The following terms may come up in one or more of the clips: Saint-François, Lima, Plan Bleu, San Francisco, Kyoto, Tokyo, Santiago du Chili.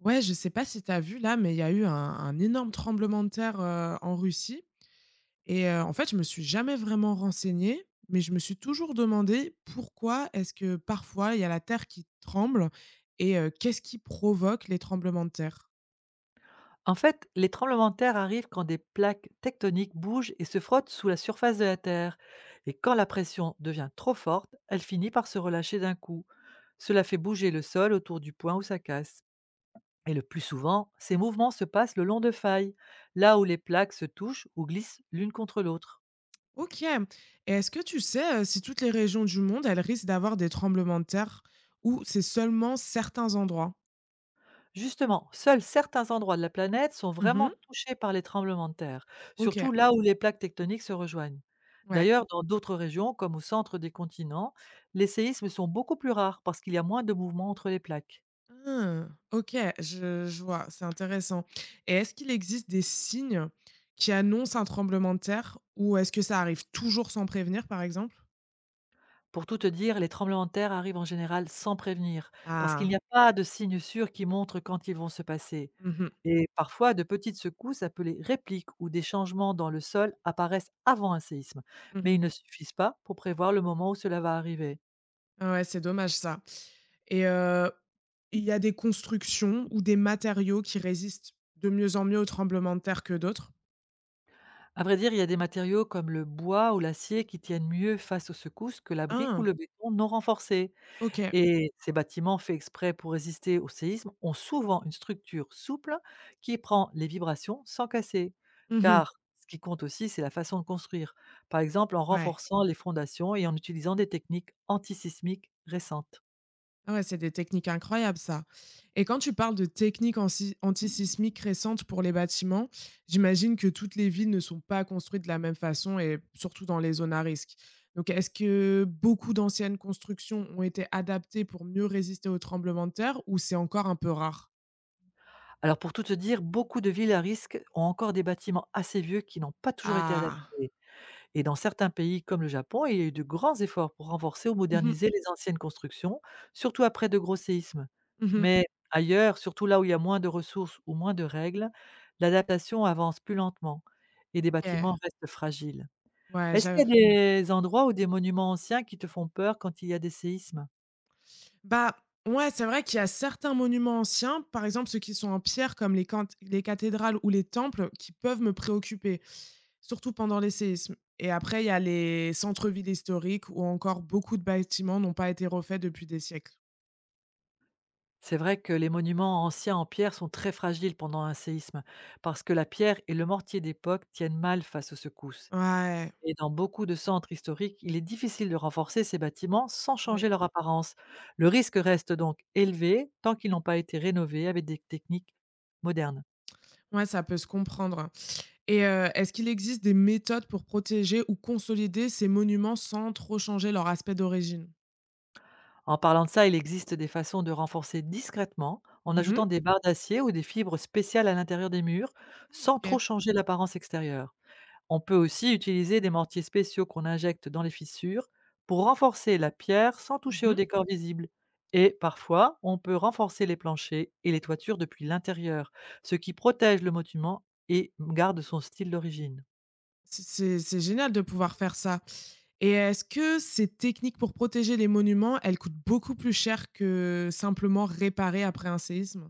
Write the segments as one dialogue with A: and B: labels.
A: Ouais, je sais pas si tu as vu là, mais il y a eu un énorme tremblement de terre en Russie. Et en fait, je me suis jamais vraiment renseignée, mais je me suis toujours demandé pourquoi est-ce que parfois il y a la terre qui tremble et qu'est-ce qui provoque les tremblements de terre.
B: En fait, les tremblements de terre arrivent quand des plaques tectoniques bougent et se frottent sous la surface de la Terre. Et quand la pression devient trop forte, elle finit par se relâcher d'un coup. Cela fait bouger le sol autour du point où ça casse. Et le plus souvent, ces mouvements se passent le long de failles, là où les plaques se touchent ou glissent l'une contre l'autre.
A: Ok. Et est-ce que tu sais si toutes les régions du monde elles risquent d'avoir des tremblements de terre ou c'est seulement certains endroits.
B: Justement, seuls certains endroits de la planète sont
A: Mhm.
B: vraiment touchés par les tremblements de terre,
A: Ok.
B: surtout là où les plaques tectoniques se rejoignent.
A: Ouais.
B: D'ailleurs, dans d'autres régions, comme au centre des continents, les séismes sont beaucoup plus rares parce qu'il y a moins de mouvements entre les plaques.
A: Hein, OK, je vois, c'est intéressant et est-ce qu'il existe des signes qui annoncent un tremblement de terre ou est-ce que ça arrive toujours sans prévenir, par exemple?
B: Pour tout te dire, les tremblements de terre arrivent en général sans prévenir, parce qu'il n'y
A: Ah,
B: a pas de signes sûrs qui montrent quand ils vont se passer.
A: mmh mh,
B: Et parfois, de petites secousses appelées répliques ou des changements dans le sol apparaissent avant un séisme, mais ils
A: mmh.
B: ne suffisent pas pour prévoir le moment où cela va arriver.
A: Ouais, c'est dommage ça et il y a des constructions ou des matériaux qui résistent de mieux en mieux aux tremblements de terre que d'autres?
B: À vrai dire, il y a des matériaux comme le bois ou l'acier qui tiennent mieux face aux secousses que la brique ou
A: Ah,
B: le béton non renforcé.
A: OK.
B: Et ces bâtiments faits exprès pour résister au séisme ont souvent une structure souple qui prend les vibrations sans casser.
A: Mmh.
B: Car ce qui compte aussi, c'est la façon de construire, par exemple en
A: Ouais.
B: renforçant les fondations et en utilisant des techniques antisismiques récentes.
A: Ah ouais, c'est des techniques incroyables, ça. Et quand tu parles de techniques antisismiques récentes pour les bâtiments, j'imagine que toutes les villes ne sont pas construites de la même façon et surtout dans les zones à risque. Donc, est-ce que beaucoup d'anciennes constructions ont été adaptées pour mieux résister aux tremblements de terre ou c'est encore un peu rare?
B: Alors pour tout te dire, beaucoup de villes à risque ont encore des bâtiments assez vieux qui n'ont pas toujours été adaptés.
A: Ah.
B: Et dans certains pays comme le Japon, il y a eu de grands efforts pour renforcer ou
A: Mhm,
B: moderniser les anciennes constructions, surtout après de gros séismes.
A: mhm.
B: Mais ailleurs, surtout là où il y a moins de ressources ou moins de règles, l'adaptation avance plus lentement et des
A: Ok.
B: bâtiments restent fragiles.
A: Ouais,
B: Est-ce qu'il y
A: j'avoue.
B: a des endroits ou des monuments anciens qui te font peur quand il y a des séismes?
A: Bah, ouais, c'est vrai qu'il y a certains monuments anciens, par exemple ceux qui sont en pierre comme les, cant- les cathédrales ou les temples, qui peuvent me préoccuper. Surtout pendant les séismes et après, il y a les centres-villes historiques où encore beaucoup de bâtiments n'ont pas été refaits depuis des siècles.
B: C'est vrai que les monuments anciens en pierre sont très fragiles pendant un séisme, parce que la pierre et le mortier d'époque tiennent mal face aux secousses.
A: Ouais,
B: Et dans beaucoup de centres historiques, il est difficile de renforcer ces bâtiments sans changer
A: oui.
B: leur apparence. Le risque reste donc élevé tant qu'ils n'ont pas été rénovés avec des techniques modernes.
A: Ouais, ça peut se comprendre hein. Et est-ce qu'il existe des méthodes pour protéger ou consolider ces monuments sans trop changer leur aspect d'origine?
B: En parlant de ça, il existe des façons de renforcer discrètement en
A: Mmh.
B: ajoutant des barres d'acier ou des fibres spéciales à l'intérieur des murs
A: Ah
B: sans trop
A: OK.
B: changer l'apparence extérieure. On peut aussi utiliser des mortiers spéciaux qu'on injecte dans les fissures pour renforcer la pierre sans toucher au
A: Mmh.
B: décor visible. Et parfois, on peut renforcer les planchers et les toitures depuis l'intérieur, ce qui protège le monument et garde son style d'origine.
A: C'est génial de pouvoir faire ça et est-ce que ces techniques pour protéger les monuments, elles coûtent beaucoup plus cher que simplement réparer après un séisme?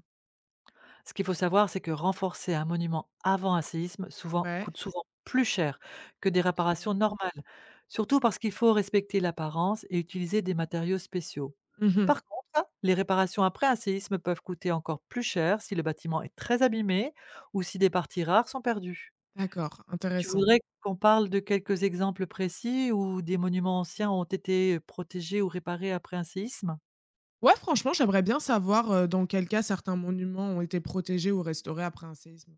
B: Ce qu'il faut savoir, c'est que renforcer un monument avant un séisme souvent,
A: Ouais,
B: coûte souvent plus cher que des réparations
A: OK.
B: normales, surtout parce qu'il faut respecter l'apparence et utiliser des matériaux spéciaux.
A: Mmh.
B: Par contre, les réparations après un séisme peuvent coûter encore plus cher si le bâtiment est très abîmé ou si des parties rares sont perdues.
A: D'accord,
B: Tu
A: intéressant.
B: voudrais qu'on parle de quelques exemples précis où des monuments anciens ont été protégés ou réparés après un séisme?
A: Ouais, franchement, j'aimerais bien savoir, dans quel cas certains monuments ont été protégés ou restaurés après un séisme.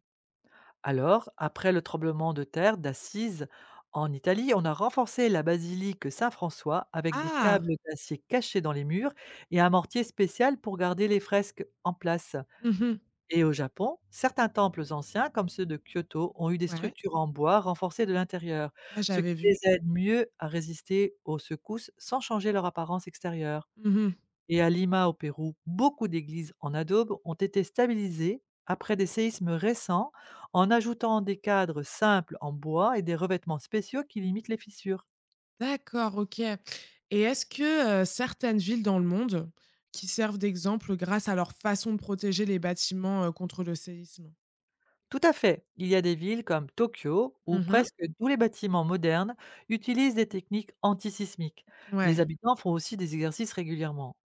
B: Alors, après le tremblement de terre d'Assise en Italie, on a renforcé la basilique Saint-François avec des
A: Ah!
B: câbles d'acier cachés dans les murs et un mortier spécial pour garder les fresques en place.
A: Mmh.
B: Et au Japon, certains temples anciens, comme ceux de Kyoto, ont eu des
A: Ouais.
B: structures en bois renforcées de l'intérieur,
A: Ah,
B: ce
A: j'avais
B: qui
A: vu.
B: les aide mieux à résister aux secousses sans changer leur apparence extérieure.
A: Mmh.
B: Et à Lima, au Pérou, beaucoup d'églises en adobe ont été stabilisées après des séismes récents en ajoutant des cadres simples en bois et des revêtements spéciaux qui limitent les fissures.
A: D'accord, OK, et est-ce que, certaines villes dans le monde qui servent d'exemple grâce à leur façon de protéger les bâtiments, contre le séisme?
B: Tout à fait, il y a des villes comme Tokyo où
A: Mmh.
B: presque tous les bâtiments modernes utilisent des techniques antisismiques. Les
A: Ouais,
B: habitants font aussi des exercices régulièrement.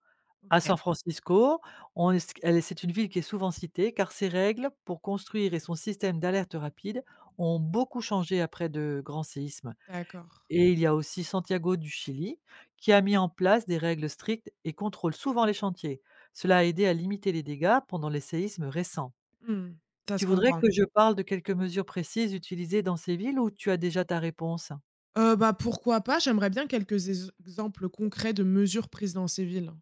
B: À
A: OK,
B: San Francisco, c'est une ville qui est souvent citée car ses règles pour construire et son système d'alerte rapide ont beaucoup changé après de grands séismes.
A: d'accord.
B: Et il y a aussi Santiago du Chili, qui a mis en place des règles strictes et contrôle souvent les chantiers. Cela a aidé à limiter les dégâts pendant les séismes récents.
A: Mmh, ça
B: Tu
A: se
B: voudrais
A: comprend.
B: que je parle de quelques mesures précises utilisées dans ces villes ou tu as déjà ta réponse?
A: Bah, pourquoi pas? J'aimerais bien quelques ex exemples concrets de mesures prises dans ces villes.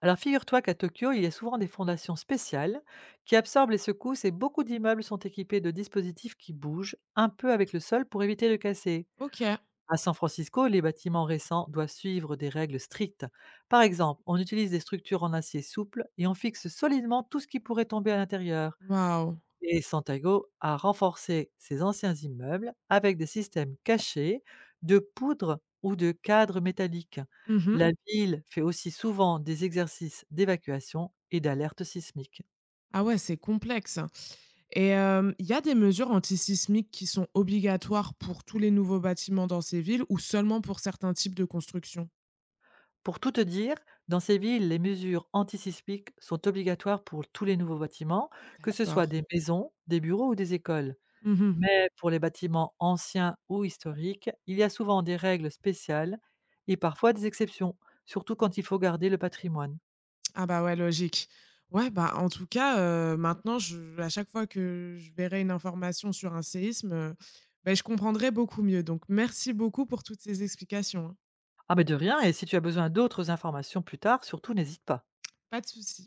B: Alors figure-toi qu'à Tokyo, il y a souvent des fondations spéciales qui absorbent les secousses et beaucoup d'immeubles sont équipés de dispositifs qui bougent un peu avec le sol pour éviter de casser.
A: OK.
B: À San Francisco, les bâtiments récents doivent suivre des règles strictes. Par exemple, on utilise des structures en acier souple et on fixe solidement tout ce qui pourrait tomber à l'intérieur.
A: Waouh!
B: Et Santago a renforcé ses anciens immeubles avec des systèmes cachés de poudre ou de cadres métalliques.
A: Mmh.
B: La ville fait aussi souvent des exercices d'évacuation et d'alerte sismique.
A: Ah ouais, c'est complexe et il y a des mesures antisismiques qui sont obligatoires pour tous les nouveaux bâtiments dans ces villes ou seulement pour certains types de constructions?
B: Pour tout te dire, dans ces villes, les mesures antisismiques sont obligatoires pour tous les nouveaux bâtiments, que ce soit
A: D'accord.
B: des maisons, des bureaux ou des écoles.
A: Mmh.
B: Mais pour les bâtiments anciens ou historiques, il y a souvent des règles spéciales et parfois des exceptions, surtout quand il faut garder le patrimoine.
A: Ah bah ouais, logique. Ouais, bah, en tout cas, maintenant je à chaque fois que je verrai une information sur un séisme, beh, je comprendrai beaucoup mieux. Donc merci beaucoup pour toutes ces explications, hein.
B: Ah mais de rien, et si tu as besoin d'autres informations plus tard, surtout n'hésite pas.
A: Pas de souci.